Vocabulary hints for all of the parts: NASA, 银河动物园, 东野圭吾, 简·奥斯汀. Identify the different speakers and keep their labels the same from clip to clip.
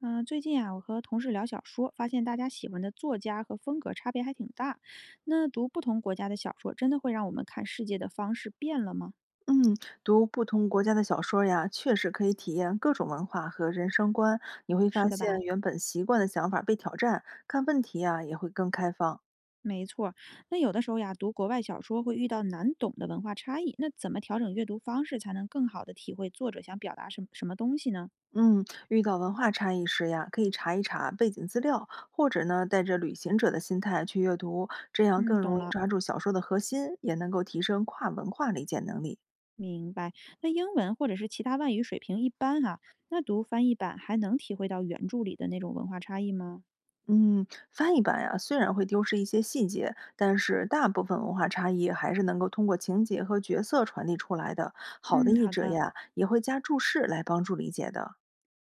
Speaker 1: 嗯，最近啊，我和同事聊小说，发现大家喜欢的作家和风格差别还挺大。那读不同国家的小说，真的会让我们看世界的方式变了吗？
Speaker 2: 嗯，读不同国家的小说儿呀，确实可以体验各种文化和人生观。你会发
Speaker 1: 是的
Speaker 2: 现
Speaker 1: 吧？
Speaker 2: 原本习惯的想法被挑战，看问题呀也会更开放。
Speaker 1: 没错儿。那有的时候呀，读国外小说会遇到难懂的文化差异，那怎么调整阅读方式才能更好的体会作者想表达什么东西呢？
Speaker 2: 嗯，遇到文化差异时呀，可以查一查背景资料，或者呢，带着旅行者的心态去阅读，这样
Speaker 1: 嗯，
Speaker 2: 更容
Speaker 1: 懂
Speaker 2: 易
Speaker 1: 了，
Speaker 2: 抓住小说的核心，也能够提升跨文化理解能力。
Speaker 1: 明白。那英文或者是其他外语水平一般哈，那读翻译版还能体会到原著里的那种文化差异吗？
Speaker 2: 嗯，翻译版呀，虽然会丢失一些细节，但是大部分文化差异还是能够通过情节和角色传递出来的。好的
Speaker 1: 嗯，
Speaker 2: 译
Speaker 1: 好
Speaker 2: 者
Speaker 1: 的。
Speaker 2: 呀，也会加注释来帮助理解的。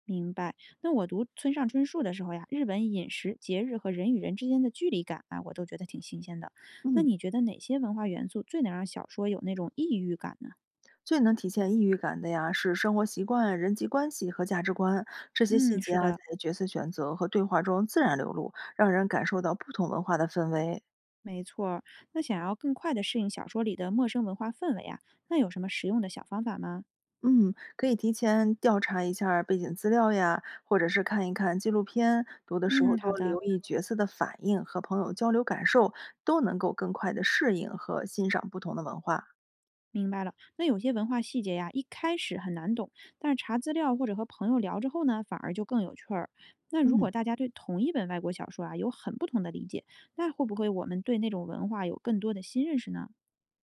Speaker 1: 明白。那我读村上春树的时候呀，日本饮食、节日和人与人之间的距离感啊，我都觉得挺新鲜的。那
Speaker 2: 嗯，
Speaker 1: 你觉得哪些文化元素最能让小说有那种异域感呢？
Speaker 2: 最能体现异域感的呀，是生活习惯、人际关系和价值观这些细
Speaker 1: 嗯，
Speaker 2: 节
Speaker 1: 是
Speaker 2: 啊，
Speaker 1: 的，
Speaker 2: 在角色选择和对话中自然流露，让人感受到不同文化的氛围。
Speaker 1: 没错儿。那想要更快的适应小说里的陌生文化氛围啊，那有什么实用的小方法吗？
Speaker 2: 嗯，可以提前调查一下儿背景资料呀，或者是看一看纪录片，读的时候
Speaker 1: 嗯，好
Speaker 2: 多
Speaker 1: 的。
Speaker 2: 留意角色的反应，和朋友交流感受，都能够更快的适应和欣赏不同的文化。
Speaker 1: 明白了，那有些文化细节呀，一开始很难懂，但是查资料或者和朋友聊之后呢，反而就更有趣儿。那如
Speaker 2: 嗯，
Speaker 1: 果大家对同一本外国小说啊有很不同的理解，那会不会我们对那种文化有更多的新认识呢？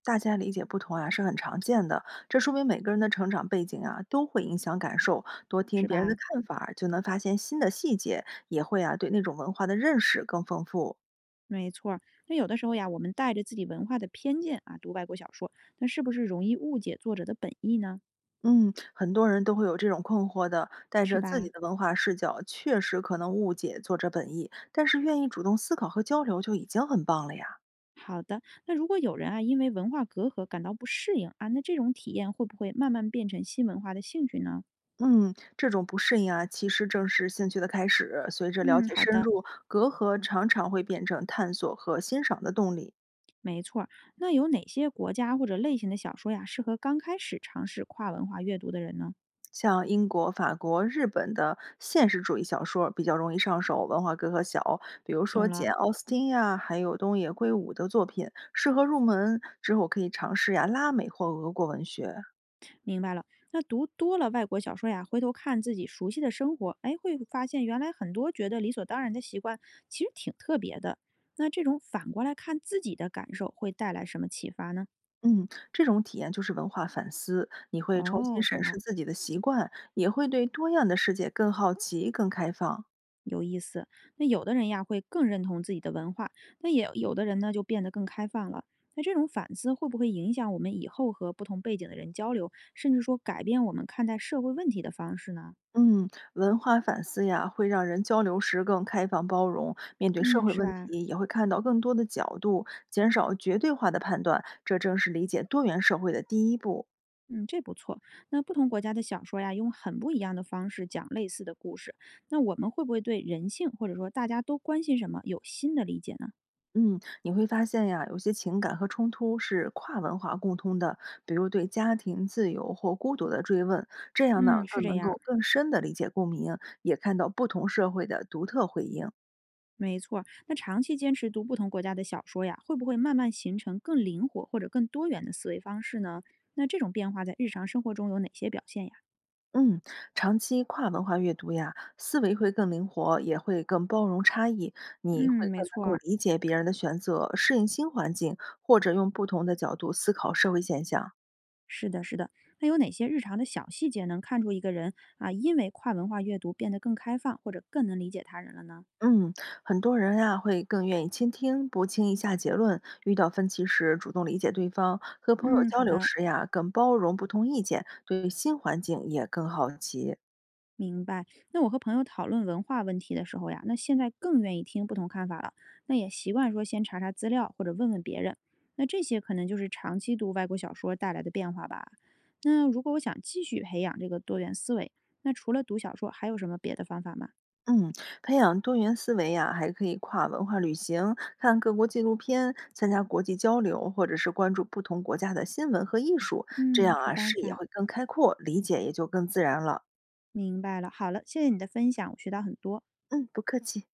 Speaker 2: 大家理解不同啊是很常见的，这说明每个人的成长背景啊都会影响感受。多听
Speaker 1: 是
Speaker 2: 别人的
Speaker 1: 吧？
Speaker 2: 看法儿就能发现新的细节，也会啊对那种文化的认识更丰富。
Speaker 1: 没错儿，那有的时候呀，我们带着自己文化的偏见啊读外国小说，那是不是容易误解作者的本意呢？
Speaker 2: 嗯，很多人都会有这种困惑的，带
Speaker 1: 是
Speaker 2: 着自己
Speaker 1: 吧？
Speaker 2: 的文化视角，确实可能误解作者本意，但是愿意主动思考和交流就已经很棒了呀。
Speaker 1: 好的，那如果有人啊因为文化隔阂感到不适应啊，那这种体验会不会慢慢变成新文化的兴趣呢？
Speaker 2: 嗯，这种不适应啊，其实正是兴趣的开始。随着了
Speaker 1: 嗯，
Speaker 2: 解
Speaker 1: 好
Speaker 2: 深
Speaker 1: 的。
Speaker 2: 入，隔阂常常会变成探索和欣赏的动力。
Speaker 1: 没错儿。那有哪些国家或者类型的小说呀，适合刚开始尝试跨文化阅读的人呢？
Speaker 2: 像英国、法国、日本的现实主义小说儿比较容易上手，文化隔阂小。比如说
Speaker 1: 懂了，
Speaker 2: 简·奥斯汀呀，还有东野圭吾的作品，适合入门。之后可以尝试呀拉美或俄国文学。
Speaker 1: 明白了。那读多了外国小说呀，回头看自己熟悉的生活，哎，会发现原来很多觉得理所当然的习惯，其实挺特别的。那这种反过来看自己的感受，会带来什么启发呢？
Speaker 2: 嗯，这种体验就是文化反思，你会重新
Speaker 1: 哦，
Speaker 2: 审
Speaker 1: 懂
Speaker 2: 视
Speaker 1: 了。
Speaker 2: 自己的习惯，也会对多样的世界更好奇、更开放。
Speaker 1: 有意思。那有的人呀会更认同自己的文化，那也有的人呢就变得更开放了。那这种反思会不会影响我们以后和不同背景的人交流，甚至说改变我们看待社会问题的方式呢？
Speaker 2: 嗯，文化反思呀，会让人交流时更开放包容，面对社
Speaker 1: 嗯，
Speaker 2: 会
Speaker 1: 是
Speaker 2: 问
Speaker 1: 吧？
Speaker 2: 题也会看到更多的角度，减少绝对化的判断，这正是理解多元社会的第一步。
Speaker 1: 嗯，这不错。那不同国家的小说呀，用很不一样的方式讲类似的故事，那我们会不会对人性或者说大家都关心什么有新的理解呢？
Speaker 2: 嗯，你会发现呀，有些情感和冲突是跨文化共通的，比如对家庭、自由或孤独的追问，这样呢，
Speaker 1: 嗯，是
Speaker 2: 更
Speaker 1: 这
Speaker 2: 能
Speaker 1: 样。
Speaker 2: 够更深的理解共鸣，也看到不同社会的独特回应。
Speaker 1: 没错儿，那长期坚持读不同国家的小说呀，会不会慢慢形成更灵活或者更多元的思维方式呢？那这种变化在日常生活中有哪些表现呀？
Speaker 2: 嗯，长期跨文化阅读呀，思维会更灵活，也会更包容差异。你会
Speaker 1: 嗯，
Speaker 2: 更
Speaker 1: 没
Speaker 2: 能
Speaker 1: 错
Speaker 2: 够
Speaker 1: 儿，
Speaker 2: 理解别人的选择，适应新环境，或者用不同的角度思考社会现象。
Speaker 1: 是的，是的。那有哪些日常的小细节能看出一个人啊，因为跨文化阅读变得更开放或者更能理解他人了呢？
Speaker 2: 嗯，很多人呀会更愿意倾听，不轻易下结论。遇到分歧时，主动理解对方；和朋友
Speaker 1: 嗯，
Speaker 2: 交
Speaker 1: 好
Speaker 2: 流
Speaker 1: 的。
Speaker 2: 时呀，更包容不同意见，对新环境也更好奇。
Speaker 1: 明白。那我和朋友讨论文化问题的时候呀，那现在更愿意听不同看法了，那也习惯说先查查资料或者问问别人。那这些可能就是长期读外国小说带来的变化吧。那如果我想继续培养这个多元思维，那除了读小说，还有什么别的方法吗？
Speaker 2: 嗯，培养多元思维呀、还可以跨文化旅行，看各国纪录片，参加国际交流，或者是关注不同国家的新闻和艺术，这
Speaker 1: 嗯，
Speaker 2: 样
Speaker 1: 好
Speaker 2: 啊，
Speaker 1: 办
Speaker 2: 视野
Speaker 1: 法，
Speaker 2: 会更开阔，理解也就更自然了。
Speaker 1: 明白了。好了，谢谢你的分享，我学到很多。
Speaker 2: 嗯，不客气。